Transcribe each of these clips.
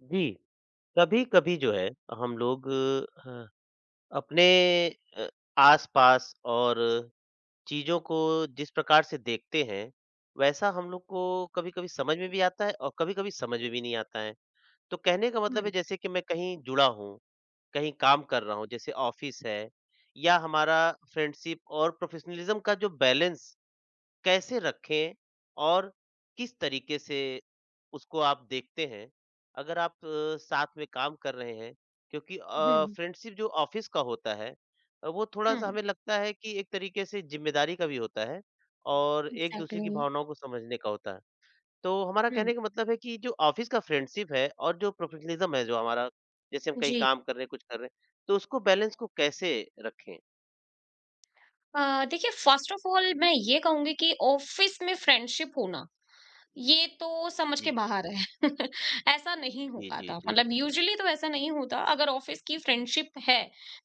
जी, कभी-कभी जो है हम लोग अपने अ, आस-पास और चीज़ों को जिस प्रकार से देखते हैं, वैसा हम लोग को कभी-कभी समझ में भी आता है और कभी-कभी समझ में भी नहीं आता है। तो कहने का मतलब है हुँ, जैसे कि मैं कहीं जुड़ा हूँ, कहीं काम कर रहा हूँ, जैसे ऑफ़िस है या हमारा फ्रेंडशिप और प्रोफ़ेशनलिज़्म का जो बैलेंस कैसे रखें और किस तरीके से उसको आप देखते हैं, अगर आप साथ में काम कर रहे हैं, क्योंकि हुँ, फ्रेंडशिप जो ऑफिस का होता है, वो थोड़ा सा हुँ, हमें लगता है कि एक तरीके से जिम्मेदारी का भी होता है और एक दूसरे की एग्ज़ैक्टली, भावनाओं को समझने का होता है। तो हमारा हुँ, कहने का मतलब है कि जो ऑफिस का फ्रेंडशिप है और जो प्रोफेशनलिज्म है जो हमारा, जैसे हम कहीं जी। काम कर रहे हैं कुछ कर रहे हैं, तो उसको बैलेंस को कैसे रखें। देखिए फ़र्स्ट ऑफ़ ऑल मैं ये कहूँगी कि ऑफ़िस में फ्रेंडशिप होना, ये तो समझ के जी, बाहर है ऐसा नहीं हो जी, जी, पाता जी, मतलब यूजुअली तो ऐसा नहीं होता अगर ऑफिस की फ्रेंडशिप है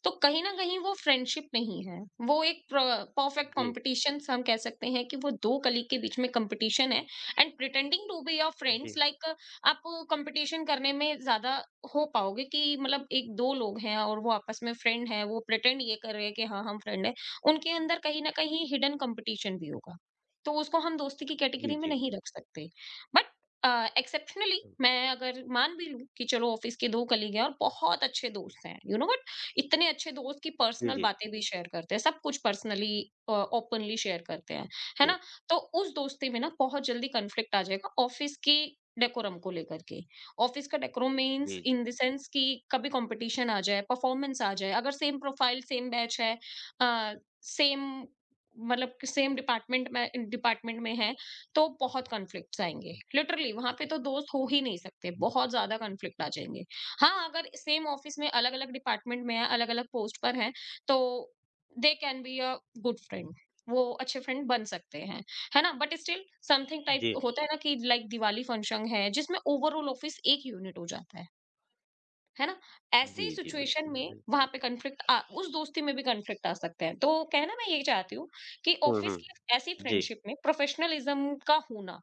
तो कहीं ना कहीं वो फ्रेंडशिप नहीं है। वो एक परफेक्ट जी, कंपटीशन हम कह सकते हैं कि वो दो कलीग के बीच में कंपटीशन है and pretending to be your friends जी, लाइक आप कंपटीशन करने में ज्यादा हो पाओगे कि मतलब एक दो लोग हैं और वो आपस में फ्रेंड है वो प्रिटेंड ये कर रहे हैं कि हाँ हम फ्रेंड है। उनके अंदर कहीं ना कहीं हिडन कंपटीशन भी होगा तो उसको हम दोस्ती की जी, कैटेगरी में जी, नहीं रख सकते। बट एक्सेप्शनली मैं अगर मान भी लूं कि चलो ऑफिस के दो कलीग हैं और बहुत अच्छे दोस्त हैं, यू नो, बट इतने अच्छे दोस्त की जी, पर्सनल जी, बातें भी शेयर करते हैं, सब कुछ पर्सनली ओपनली शेयर करते हैं, है जी, ना? तो उस दोस्ती में ना बहुत जल्दी कन्फ्लिक्ट आ जाएगा ऑफिस की डेकोरम को लेकर के। ऑफिस का डेकोरम मीन्स जी, जी। इन द सेंस कि कभी कंपटीशन आ जाए, परफॉर्मेंस आ जाए, अगर सेम प्रोफाइल सेम बैच है, सेम मतलब कि सेम डिपार्टमेंट में है, तो बहुत कॉन्फ्लिक्ट्स आएंगे लिटरली। वहां पे तो दोस्त हो ही नहीं सकते, बहुत ज्यादा कॉन्फ्लिक्ट आ जाएंगे। हाँ, अगर सेम ऑफिस में अलग अलग डिपार्टमेंट में है, अलग अलग पोस्ट पर है, तो they can be a good friend. वो अच्छे फ्रेंड बन सकते हैं, है ना? बट स्टिल समथिंग टाइप जी, होता है ना कि लाइक दिवाली फंक्शन है जिसमें ओवरऑल ऑफिस एक यूनिट हो जाता है ना? ऐसे जी, ही जी, सिचुएशन बिल्कुल, में बिल्कुल। वहाँ पे कॉन्फ्लिक्ट आ उस दोस्ती में भी कॉन्फ्लिक्ट आ सकते हैं। तो कहना मैं यही चाहती हूँ कि हुँ, ऑफिस हुँ। की ऐसी जी, फ्रेंडशिप में प्रोफेशनलिज्म का होना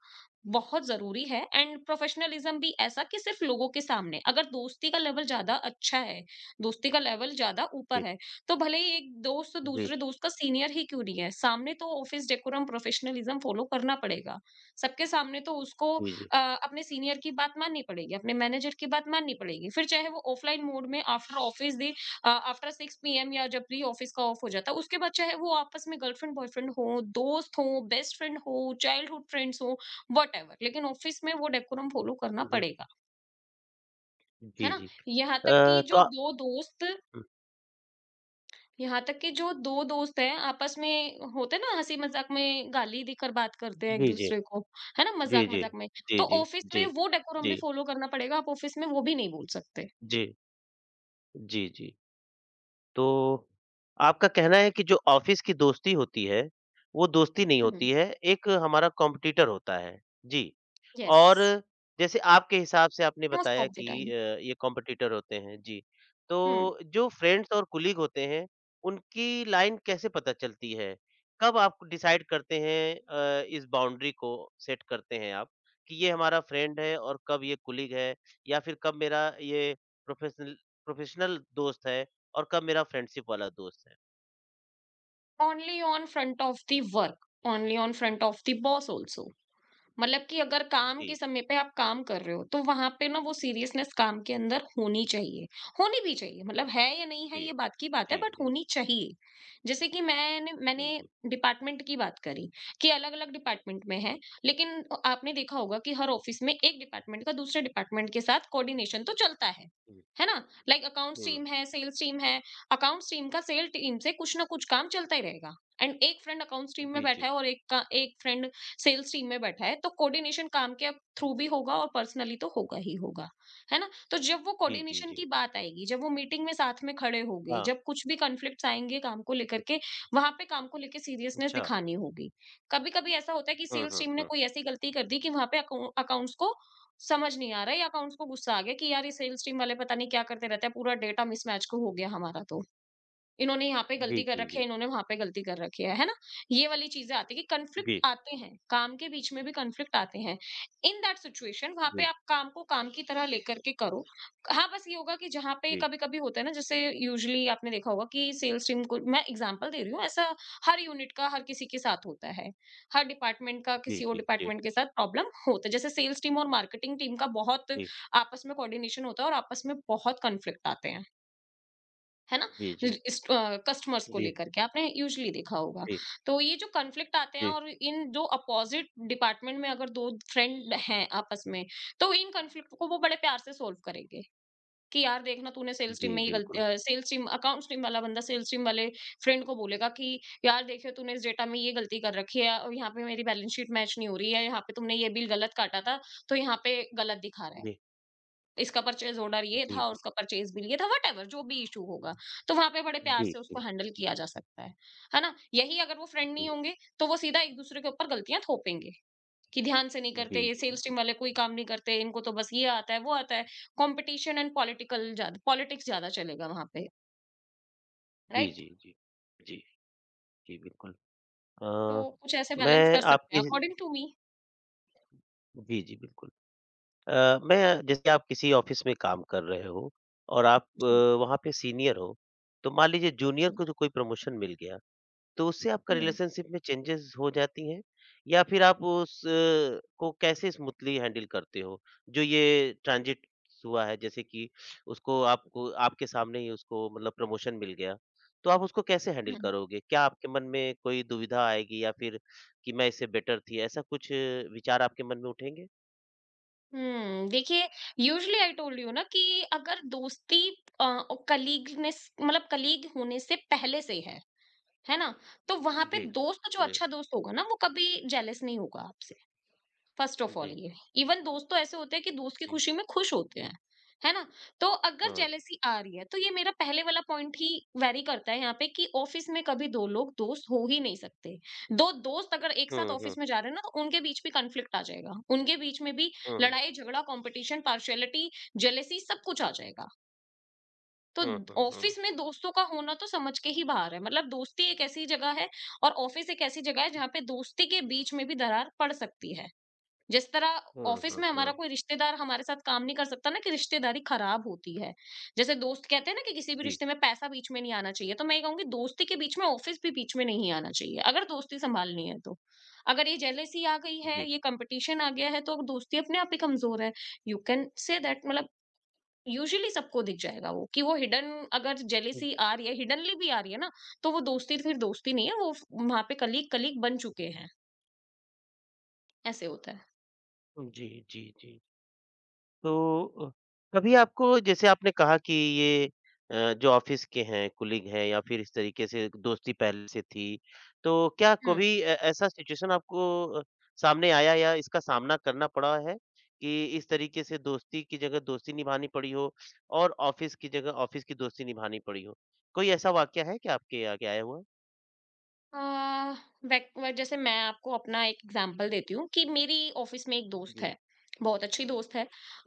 बहुत ज़रूरी है, एंड प्रोफेशनलिज्म भी ऐसा कि सिर्फ लोगों के सामने। अगर दोस्ती का लेवल ज़्यादा अच्छा है, दोस्ती का लेवल ज़्यादा ऊपर जी, है, तो भले ही एक दोस्त जी, दूसरे दोस्त का सीनियर ही क्यों नहीं है, सामने तो ऑफिस डेकोरम प्रोफेशनलिज्म फॉलो करना पड़ेगा। सबके सामने तो उसको जी, जी, अ, अपने सीनियर की बात माननी पड़ेगी, अपने मैनेजर की बात माननी पड़ेगी। फिर चाहे वो ऑफलाइन मोड में after office day after 6 PM या जब भी ऑफिस का ऑफ हो जाता है, उसके बाद चाहे वो आपस में गर्लफ्रेंड बॉयफ्रेंड हो, दोस्त हो, बेस्ट फ्रेंड हो, चाइल्डहुड फ्रेंड्स हो, व्हाटएवर, लेकिन ऑफिस में वो डेकोरम फॉलो करना जी, पड़ेगा, है जी, ना? जी। यहाँ तक कि जो तो 2 दोस्त अ, यहाँ तक कि जो दो दोस्त हैं, आपस में होते हैं ना हंसी मजाक में गाली देकर बात करते हैं एक जी, जी, दूसरे को, है ना, जी, मजाक जी, मजाक में, जी, तो जी, ऑफिस में जी, वो डेकोरम जी, भी फॉलो करना पड़ेगा। आप ऑफिस में वो भी नहीं बोल सकते। जी, जी, जी। तो आपका कहना है कि जो ऑफ़िस की दोस्ती होती है, वो दोस्ती नहीं हम्म। होती है, एक हमारा कॉम्पिटिटर होता है। जी। यस। और जैसे आपके हिसाब से आपने मोस्ट बताया ऑफ द कि टाइम। ये कॉम्पिटिटर होते हैं, जी। हम्म। तो जो फ्रेंड्स और कोलीग होते हैं, उनकी लाइन कैसे पता चलती है? कब आप डिसाइड करते हैं इस बाउंड्री को सेट करते हैं आप कि ये हमारा फ्रेंड है और कब ये कोलीग है, या फिर कब मेरा ये प्रोफेशनल प्रोफेशनल दोस्त है और कब मेरा फ्रेंडशिप वाला दोस्त है? Only on front of the work, only on front of the boss also. मतलब कि अगर काम के जी, समय पे आप काम कर रहे हो तो वहां पे ना वो सीरियसनेस काम के अंदर होनी चाहिए, होनी भी चाहिए, मतलब है या नहीं है जी। ये बात की बात है, जी, बट जी। होनी चाहिए। जैसे कि मैंने मैंने जी, जी। डिपार्टमेंट की बात करी कि अलग अलग डिपार्टमेंट में है, जी, लेकिन आपने देखा होगा कि हर ऑफिस में एक डिपार्टमेंट का दूसरे डिपार्टमेंट के साथ कोऑर्डिनेशन तो चलता है हुँ। है ना? लाइक अकाउंट्स हुँ। टीम है सेल्स टीम है, अकाउंट्स टीम का सेल टीम से कुछ ना कुछ काम चलता ही रहेगा। एंड एक फ्रेंड अकाउंट्स टीम में जी, बैठा जी। है और एक का एक फ्रेंड सेल्स टीम में बैठा है, तो कोऑर्डिनेशन काम के थ्रू भी होगा और पर्सनली तो होगा ही होगा, है ना? तो जब वो जी, जी, कोऑर्डिनेशन जी। की बात आएगी, जब वो मीटिंग में साथ में खड़े होंगे, हाँ, जब कुछ भी कॉन्फ्लिक्ट्स आएंगे काम को लेकर के, वहां पे काम को लेकर सीरियसनेस अच्छा। दिखानी होगी। कभी कभी ऐसा होता है कि हुँ, सेल्स हुँ, टीम ने हुँ। कोई ऐसी गलती कर दी कि वहां पे अकाउंट्स को समझ नहीं आ रहा है, या अकाउंट्स को गुस्सा आ गया कि यार ये सेल्स टीम वाले पता नहीं क्या करते रहते हैं, पूरा डेटा मिसमैच को हो गया हमारा। तो इन्होंने यहाँ पे जी, गलती कर जी, रखी जी। है, इन्होंने वहाँ पे गलती कर रखी है ना? ये वाली चीज़ें आती है कि कॉन्फ्लिक्ट जी, आते हैं, काम के बीच में भी कॉन्फ्लिक्ट आते हैं। इन दैट सिचुएशन वहाँ पे जी, आप काम को काम की तरह लेकर के करो। हाँ, बस ये होगा कि जहाँ पे जी, कभी-कभी होता है ना जैसे यूजुअली आपने देखा होगा कि सेल्स टीम को मैं एग्जांपल दे रही हूँ, ऐसा हर यूनिट का हर किसी के साथ होता है। हर डिपार्टमेंट का जी, किसी और जी, जी, डिपार्टमेंट के साथ प्रॉब्लम होता है। जैसे सेल्स टीम और मार्केटिंग टीम का बहुत आपस में कोऑर्डिनेशन होता है और आपस में बहुत कॉन्फ्लिक्ट आते हैं, है ना? जी, जी, इस कस्टमर्स जी, को जी, लेकर के आपने यूजुअली देखा होगा। जी, तो ये जो कॉन्फ्लिक्ट आते हैं, जी, और इन जो अपोज़िट डिपार्टमेंट में अगर 2 फ्रेंड हैं आपस में, तो इन कॉन्फ्लिक्ट को वो बड़े प्यार से सॉल्व करेंगे कि यार देखना तूने सेल्स टीम जी, में ये गलती बिल्कुल। सेल्स टीम अकाउंट्स टीम वाला बंदा सेल्स टीम वाले फ्रेंड को बोलेगा कि यार देखिए तूने इस डेटा में ये गलती कर रखी है और यहाँ पे मेरी बैलेंस शीट मैच नहीं हो रही है, यहाँ पे तुमने ये बिल गलत काटा था, तो यहाँ पे गलत दिखा रहा है। जी, इसका परचेज़ ऑर्डर ये जी, था और जी, उसका परचेज़ बिल ये था, व्हाटएवर जो भी इश्यू होगा। तो वहाँ पे बड़े प्यार जी, से उसको जी, हैंडल किया जा सकता है ना? यही अगर वो फ्रेंड नहीं जी, होंगे, तो वो सीधा एक-दूसरे के ऊपर गलतियाँ थोपेंगे, कि ध्यान से नहीं करते, जी, ये जी, जी, सेल्स टीम जी, वाले कोई काम नहीं करते, इनको तो बस ये आता है, वो आता है। कॉम्पिटिशन एंड पॉलिटिकल ज़्यादा, पॉलिटिक्स ज़्यादा चलेगा वहाँ पे, जी, राइट? जी, जी, जी, बिल्कुल। अ, तो कुछ ऐसे बैलेंस मैं कर सकते आपके हैं अकॉर्डिंग टू मी। जी, जी, बिल्कुल। मैं जैसे आप किसी ऑफ़िस में काम कर रहे हो और आप जी, वहाँ पे सीनियर हो, तो मान लीजिए जूनियर जी। को जो कोई प्रमोशन मिल गया, तो उससे आपका हुँ, रिलेशनशिप में चेंजेस हो जाती हैं? या फिर आप उस को कैसे स्मूथली हैंडल करते हो? जो ये ट्रांज़िट हुआ है जैसे कि उसको आपको आपके सामने ही उसको मतलब प्रमोशन मिल गया, तो आप उसको कैसे हैंडल हुँ। करोगे? क्या आपके मन में कोई दुविधा आएगी, या फिर कि मैं इससे बेटर थी, ऐसा कुछ विचार आपके मन में उठेंगे? हम्म, देखिए यूजुअली आई टोल्ड यू ना कि अगर दोस्ती कलीगनेस मतलब कलीग होने से पहले से है ना, तो वहां पे जी, दोस्त जो जी, अच्छा दोस्त होगा ना वो कभी जेलस नहीं होगा आपसे। फर्स्ट ऑफ ऑल जी, ये इवन दोस्त तो ऐसे होते हैं कि दोस्त की जी। खुशी में खुश होते हैं, है ना? तो अगर हुँ, जेलेसी आ रही है तो ये मेरा पहले वाला पॉइंट ही वैरी करता है यहाँ पे कि ऑफिस में कभी दो लोग दोस्त हो ही नहीं सकते। दो दोस्त अगर एक साथ हुँ, हुँ, ऑफिस में जा रहे हैं ना, तो उनके बीच भी कंफ्लिक्ट आ जाएगा, उनके बीच में भी हुँ, हुँ, लड़ाई झगड़ा कंपटीशन पार्शियलिटी जेलेसी सब कुछ आ जाएगा। तो हुँ, हुँ, हुँ, ऑफिस में दोस्तों का होना तो समझ के ही बाहर है, मतलब दोस्ती एक ऐसी जगह है और ऑफिस एक ऐसी जगह है जहाँ पे दोस्ती के बीच में भी दरार पड़ सकती है। जिस तरह हुँ, ऑफिस हुँ, में हमारा हुँ, कोई रिश्तेदार हमारे साथ काम नहीं कर सकता ना कि रिश्तेदारी खराब होती है। जैसे दोस्त कहते हैं ना कि किसी भी जी, रिश्ते में पैसा बीच में नहीं आना चाहिए, तो मैं ये कहूँगी दोस्ती के बीच में ऑफिस भी बीच में नहीं आना चाहिए, अगर दोस्ती सँभालनी है तो। अगर ये जेलसी आ गई है, जी। ये कॉम्पिटिशन आ गया है, तो दोस्ती अपने आप ही कमज़ोर है। यू कैन से दैट, मतलब यूजुअली सबको दिख जाएगा वो कि वो हिडन अगर जेलसी आ रही है, हिडनली भी आ रही है ना, तो वो दोस्ती फिर दोस्ती नहीं है, वो फ वहाँ पे कलीग-कलीग बन चुके हैं, ऐसे होता है। हुँ, जी, जी, जी। तो कभी आपको जैसे आपने कहा कि ये जो ऑफिस के हैं, कलीग हैं या फिर इस तरीके से दोस्ती पहले से थी, तो क्या हम्म। कभी ए ऐसा सिचुएशन आपको अ, सामने आया या इसका सामना करना पड़ा है कि इस तरीके से दोस्ती की जगह दोस्ती निभानी पड़ी हो और ऑफिस की जगह ऑफिस की दोस्ती निभानी पड़ी हो? कोई ऐसा वाकया है क्या आपके आगे आया हुआ? अ, बैक जैसे मैं आपको अपना एक एग्जांपल देती हूँ कि मेरी ऑफिस में एक दोस्त है, जी, बहुत अच्छी दोस्त है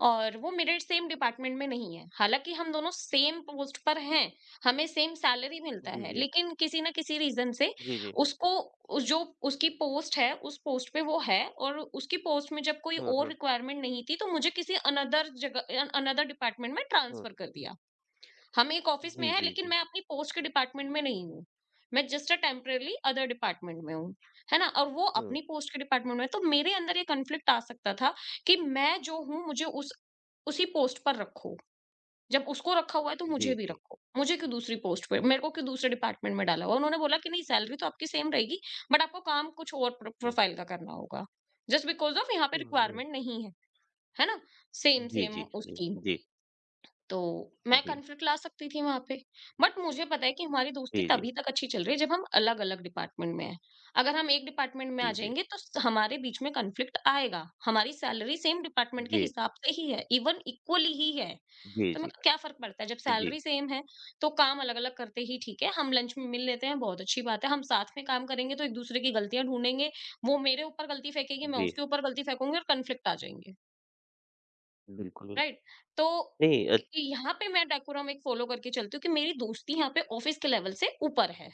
और वो मेरे सेम डिपार्टमेंट में नहीं है। हालाँकि हम दोनों सेम पोस्ट पर हैं, हमें सेम सैलरी मिलता जी, है, जी। लेकिन किसी ना किसी रीज़न से जी, जी। उसको उस जो उसकी पोस्ट है, उस पोस्ट पे वो है और उसकी पोस्ट में जब कोई हुँ, और हुँ, रिक्वायरमेंट नहीं थी, तो मुझे किसी अनदर जगह अनदर डिपार्टमेंट में हुँ। ट्रांसफ़र कर दिया। हम एक ऑफिस में जी, हैं जी, लेकिन जी। मैं अपनी पोस्ट के डिपार्टमेंट में नहीं हूँ। मैं just a temporary other department में हूँ, है ना? और वो हुँ। अपनी पोस्ट के डिपार्टमेंट में है, तो मेरे अंदर ये कॉन्फ्लिक्ट आ सकता था कि मैं जो हूँ मुझे उस उसी पोस्ट पर रखो। जब उसको रखा हुआ है तो मुझे जी, भी जी। रखो। मुझे क्यों दूसरी पोस्ट पे, मेरे को क्यों दूसरे डिपार्टमेंट में डाला हुआ है? उन्होंने बोला कि नहीं, सैलरी तो आपकी सेम रहेगी बट आपको काम कुछ और प्रो हुँ। प्रोफाइल का करना होगा। जस्ट बिकॉज़ ऑफ यहाँ पे हुँ, हुँ। रिक्वायरमेंट नहीं है, है ना? सेम जी, सेम जी, जी, उसकी। जी। तो मैं जी, कॉन्फ्लिक्ट ला सकती थी वहां पे, बट मुझे पता है कि हमारी दोस्ती जी, जी, तभी तक अच्छी चल रही है जब हम अलग अलग डिपार्टमेंट में हैं। अगर हम एक डिपार्टमेंट में आ जी, जाएंगे तो हमारे बीच में कॉन्फ्लिक्ट आएगा। हमारी सैलरी सेम डिपार्टमेंट के जी, हिसाब से ही है, इवन इक्वली ही है। जी, तो मैं, जी, क्या फर्क पड़ता है जब जी, जी, सैलरी सेम है, तो काम अलग अलग करते ही ठीक है। हम लंच में मिल लेते हैं, बहुत अच्छी बात है। हम साथ में काम करेंगे तो एक दूसरे की गलतियां ढूंढेंगे। वो मेरे ऊपर गलती फेंकेगी, मैं जी, उसके ऊपर गलती फेंकूंगी और कॉन्फ्लिक्ट आ जाएंगे। बिल्कुल, बिल राइट? तो नहीं, यहाँ पे मैं डेकोरम एक फ़ॉलो करके चलती हूँ कि मेरी दोस्ती यहाँ पे ऑफिस के लेवल से ऊपर है।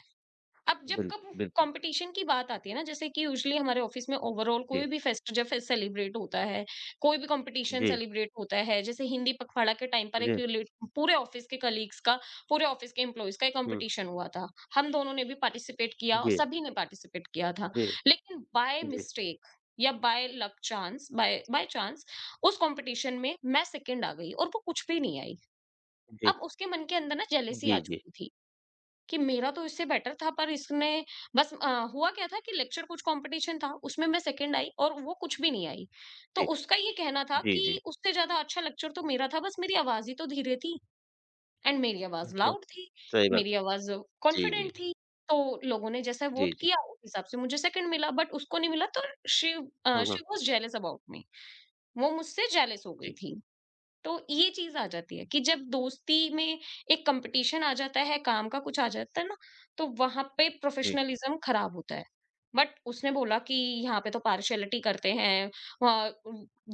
अब जब बिल्कुल, कब बिल्कुल, कंपटीशन की बात आती है ना, जैसे कि यूजुअली हमारे ऑफिस में ओवरऑल जी, कोई भी फेस्ट, जब फेस्ट सेलिब्रेट होता है, कोई भी कंपटीशन जी, सेलिब्रेट होता है, जैसे हिंदी पखवाड़ा के टाइम पर एक जी, पूरे ऑफिस के कलीग्स का, पूरे ऑफिस के एम्प्लॉयज का एक हुँ, कंपटीशन हुआ था। हम दोनों ने भी पार्टिसिपेट किया और जी, सभी ने पार्टिसिपेट किया था। जी, लेकिन बाय जी, मिस्टेक या by luck chance, by by chance उस कंपटीशन में मैं सेकंड आ गई और वो कुछ भी नहीं आई। जी, अब उसके मन के अंदर ना जेलेसी आ जी, जी, चुकी थी कि मेरा तो इससे बेटर था पर इसने। बस अ, हुआ क्या था कि लेक्चर कुछ कंपटीशन था, उसमें मैं सेकंड आई और वो कुछ भी नहीं आई। तो जी, उसका ये कहना था जी, कि जी, उससे ज़्यादा अच्छा लेक्चर तो मेरा था, बस मेरी आवाज़ ही तो धीरे थी। एंड मेरी आवाज़ हाँ, लाउड थी, सही बात, मेरी आवाज़ जी, कॉन्फिडेंट जी, थी। तो लोगों ने जैसा जी, वोट जी, किया उस हिसाब से मुझे सेकंड मिला, बट उसको नहीं मिला। तो हाँ, शी हाँ, वाज़ जेलस अबाउट मी। वो मुझसे जेलस हो गई जी, थी। तो ये चीज आ जाती है कि जब दोस्ती में एक कंपटीशन आ जाता है, काम का कुछ आ जाता है ना, तो वहां पे जी, प्रोफेशनलिज्म खराब होता है। बट उसने बोला कि यहाँ पे तो पार्शियलिटी करते हैं,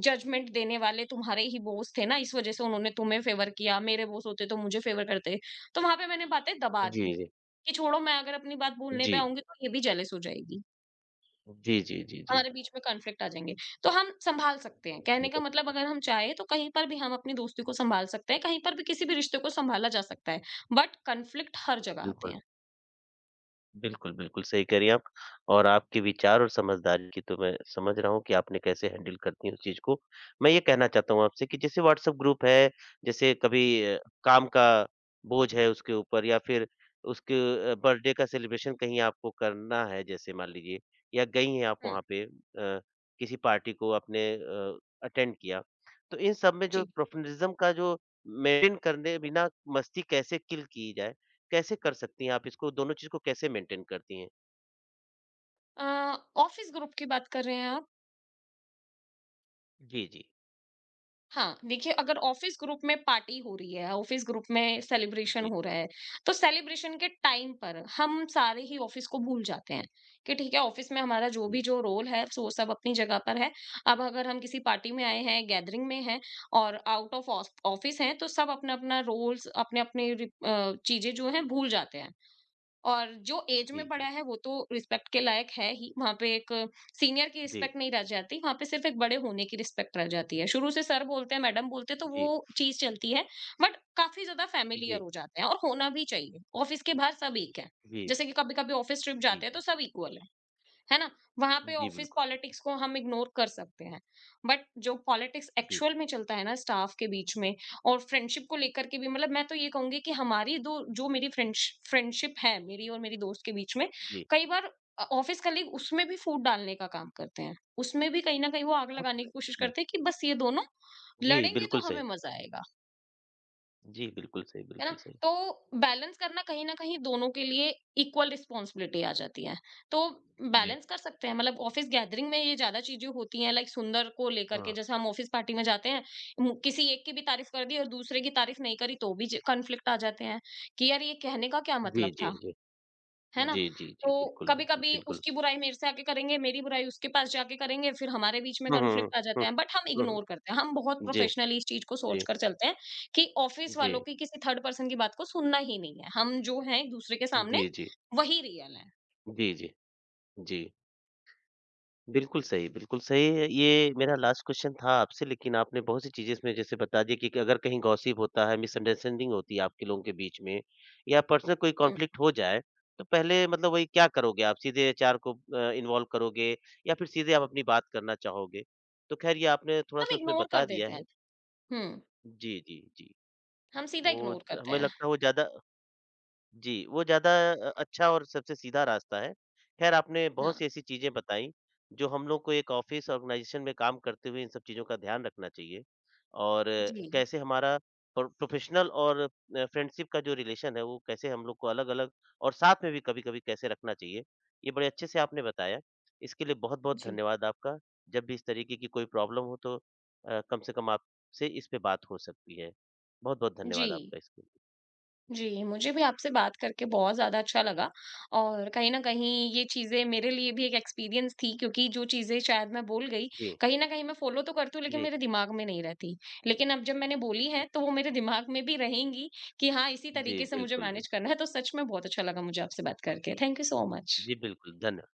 जजमेंट देने वाले तुम्हारे ही बॉस थे ना, इस वजह से उन्होंने तुम्हें फेवर किया, मेरे बॉस होते तो मुझे फेवर करते। तो वहां पे मैंने बातें दबा दी जी, जी, कि छोड़ो, मैं अगर अपनी बात बोलने पे आऊंगी तो ये भी जेलस हो जाएगी। जी, जी, जी, जी, जी, हमारे बीच में कॉन्फ्लिक्ट आ जाएँगे। तो हम सँभाल सकते हैं, कहने का बिल्कुल, मतलब अगर हम चाहें तो कहीं पर भी हम अपनी दोस्ती को सँभाल सकते हैं, कहीं पर भी किसी भी रिश्ते को सँभाला जा सकता है, बट कॉन्फ्लिक्ट हर जगह आते बिल्कुल। हैं। बिल्कुल, बिल्कुल, सही कह रही हैं आप, और आपके विचार और समझदारी की तो मैं समझ रहा हूँ कि आपने कैसे हैंडल करती हैं उस चीज़ को। मैं ये कहना चाहता हूँ आपसे कि जैसे व्हाट्सएप ग्रुप है, जैसे कभी काम का बोझ है उसके ऊपर या फिर उसके बर्थडे का सेलिब्रेशन कहीं आपको करना है, जैसे मान लीजिए या गई हैं आप हुँ, वहाँ पे किसी पार्टी को आपने अटेंड किया। तो इन सब में जो जी। प्रोफेशनलिज़्म का जो मेंटेन करने बिना मस्ती कैसे किल की जाए? कैसे कर सकती हैं आप इसको, दोनों चीज़ को कैसे मेंटेन करती हैं? अ, ऑफ़िस ग्रुप की बात कर रहे हैं आप? जी, जी। हाँ, देखिए, अगर ऑफ़िस ग्रुप में पार्टी हो रही है, ऑफ़िस ग्रुप में सेलिब्रेशन जी, हो रहा है, तो सेलिब्रेशन के टाइम पर हम सारे ही ऑफ़िस को भूल जाते हैं कि ठीक है, ऑफ़िस में हमारा जो भी जी, जो रोल है, सो सब अपनी जगह पर है। अब अगर हम किसी पार्टी में आए हैं, गैदरिंग में हैं और आउट ऑफ ऑस ऑफ़िस हैं, तो सब अपना-अपना रोल्स, अपने-अपने चीज़ें जो हैं भूल जाते हैं। और जो एज जी, में बड़ा जी, है वो तो रिस्पेक्ट के लायक है ही। वहां पे एक सीनियर की जी, रिस्पेक्ट नहीं रह जाती, वहां पे सिर्फ एक बड़े होने की रिस्पेक्ट रह जाती है। शुरू से सर बोलते हैं, मैडम बोलते हैं, तो वो जी, चीज चलती है। बट काफी ज्यादा फैमिलियर जी, हो जाते हैं, और होना भी चाहिए। ऑफिस के बाहर सब एक है। जी, जैसे कि कभी कभी ऑफिस ट्रिप जी, जाते हैं, तो जी, सब इक्वल है। है ना? वहाँ पे जी, ऑफिस बिल्कुल। पॉलिटिक्स को हम इग्नोर कर सकते हैं। बट जो पॉलिटिक्स जी, एक्चुअल में चलता है ना स्टाफ के बीच में, और फ्रेंडशिप को लेकर के भी, मतलब मैं तो ये कहूँगी कि हमारी दो जो मेरी फ्रेंड्श फ्रेंडशिप है, मेरी और मेरी दोस्त के बीच में, जी, कई बार ऑफिस कलीग उसमें भी फूट डालने का काम करते हैं। उसमें भी कहीं न कहीं वो आग वो लगाने तो की है। कोशिश जी, करते हैं कि बस ये दोनों जी, लड़ेंगे तो बिल्कुल हमें सही। मज़ा आएगा। जी, बिल्कुल सही, है ना? बिल्कुल सही। तो बैलेंस करना कहीं न कहीं दोनों के लिए इक्वल रिस्पॉन्सिबिलिटी आ जाती है। तो जी, बैलेंस कर सकते हैं, मतलब ऑफिस गैदरिंग में ये ज़्यादा चीज़ें होती हैं, लाइक सुंदर को लेकर के। हाँ। जैसे हम ऑफिस पार्टी में जाते हैं, मु किसी एक की भी तारीफ कर दी और दूसरे की तारीफ नहीं करी, तो भी ज कॉन्फ्लिक्ट आ जाते हैं कि यार, ये कहने का क्या जी, मतलब जी, था? जी। है ना? जी, जी, जी, तो बिल्कुल, बिल्कुल, कभी-कभी बिल्कुल। उसकी बुराई मेरे से आके करेंगे, मेरी बुराई उसके पास जाके करेंगे, फिर हमारे बीच में हुँ, हुँ, हुँ, कॉन्फ्लिक्ट आ जाता है, बट हम हुँ, हुँ, इग्नोर करते हैं। हम बहुत हुँ। जी, प्रोफेशनली इस चीज़ को सोच जी, कर चलते हैं कि ऑफिस वालों जी, की किसी थर्ड पर्सन की बात को सुनना ही नहीं है। हम जो हैं एक-दूसरे के सामने जी, जी, वही रियल हैं। जी, जी, जी। बिल्कुल सही, बिल्कुल सही। ये मेरा लास्ट क्वेश्चन था आपसे, लेकिन आपने बहुत सी चीज़ें इसमें जैसे बता दी कि अगर कहीं गॉसिप होता है, मिसअंडरस्टैंडिंग होती है आपके लोगों के बीच में या पर्सनल कोई हुँ, कॉन्फ्लिक्ट हो जाए, तो पहले मतलब वही क्या करोगे आप? सीधे एचआर को इन्वॉल्व करोगे या फिर सीधे आप अपनी बात करना चाहोगे? तो खैर ये आपने हम थोड़ा-सा उसमें इग्नोर कर बता दिया देते हैं। है। हुँ, जी, जी, जी। हम सीधा वो इग्नोर करते हमें हैं। लगता है वो ज़्यादा, जी, वो ज़्यादा अच्छा और सबसे सीधा रास्ता है। ख़ैर आपने बहुत हाँ, सी ऐसी चीज़ें बताई, जो हम लोग को एक ऑफ़िस ऑर्गेनाइज़ेशन में काम करते हुए इन सब चीज़ों का ध्यान रखना चाहिए और जी, कैसे हमारा प्रोफ़ेशनल और फ्रेंडशिप का जो रिलेशन है, वो कैसे हम लोग को अलग-अलग और साथ में भी कभी-कभी कैसे रखना चाहिए। ये बड़े अच्छे से आपने बताया, इसके लिए बहुत-बहुत जी, धन्यवाद आपका। जब भी इस तरीके की कोई प्रॉब्लम हो तो कम से कम आपसे इस पे बात हो सकती है। बहुत-बहुत जी। धन्यवाद आपका इसके लिए। जी, मुझे भी आपसे बात करके बहुत ज़्यादा अच्छा लगा, और कहीं न कहीं ये चीज़ें मेरे लिए भी एक एक्सपीरियंस थी, क्योंकि जो चीज़ें शायद मैं भूल गई, जी, कहीं न कहीं मैं फ़ॉलो तो करती हूँ लेकिन जी। मेरे दिमाग में नहीं रहती। लेकिन अब जब मैंने बोली हैं, तो वो मेरे दिमाग में भी रहेंगी कि हाँ, इसी जी, तरीके से मुझे बिल्कुल, मैनेज बिल्कुल। करना है। तो सच में बहुत अच्छा लगा मुझे आपसे बात करके। Thank you so much. जी, बिल्कुल, धन्य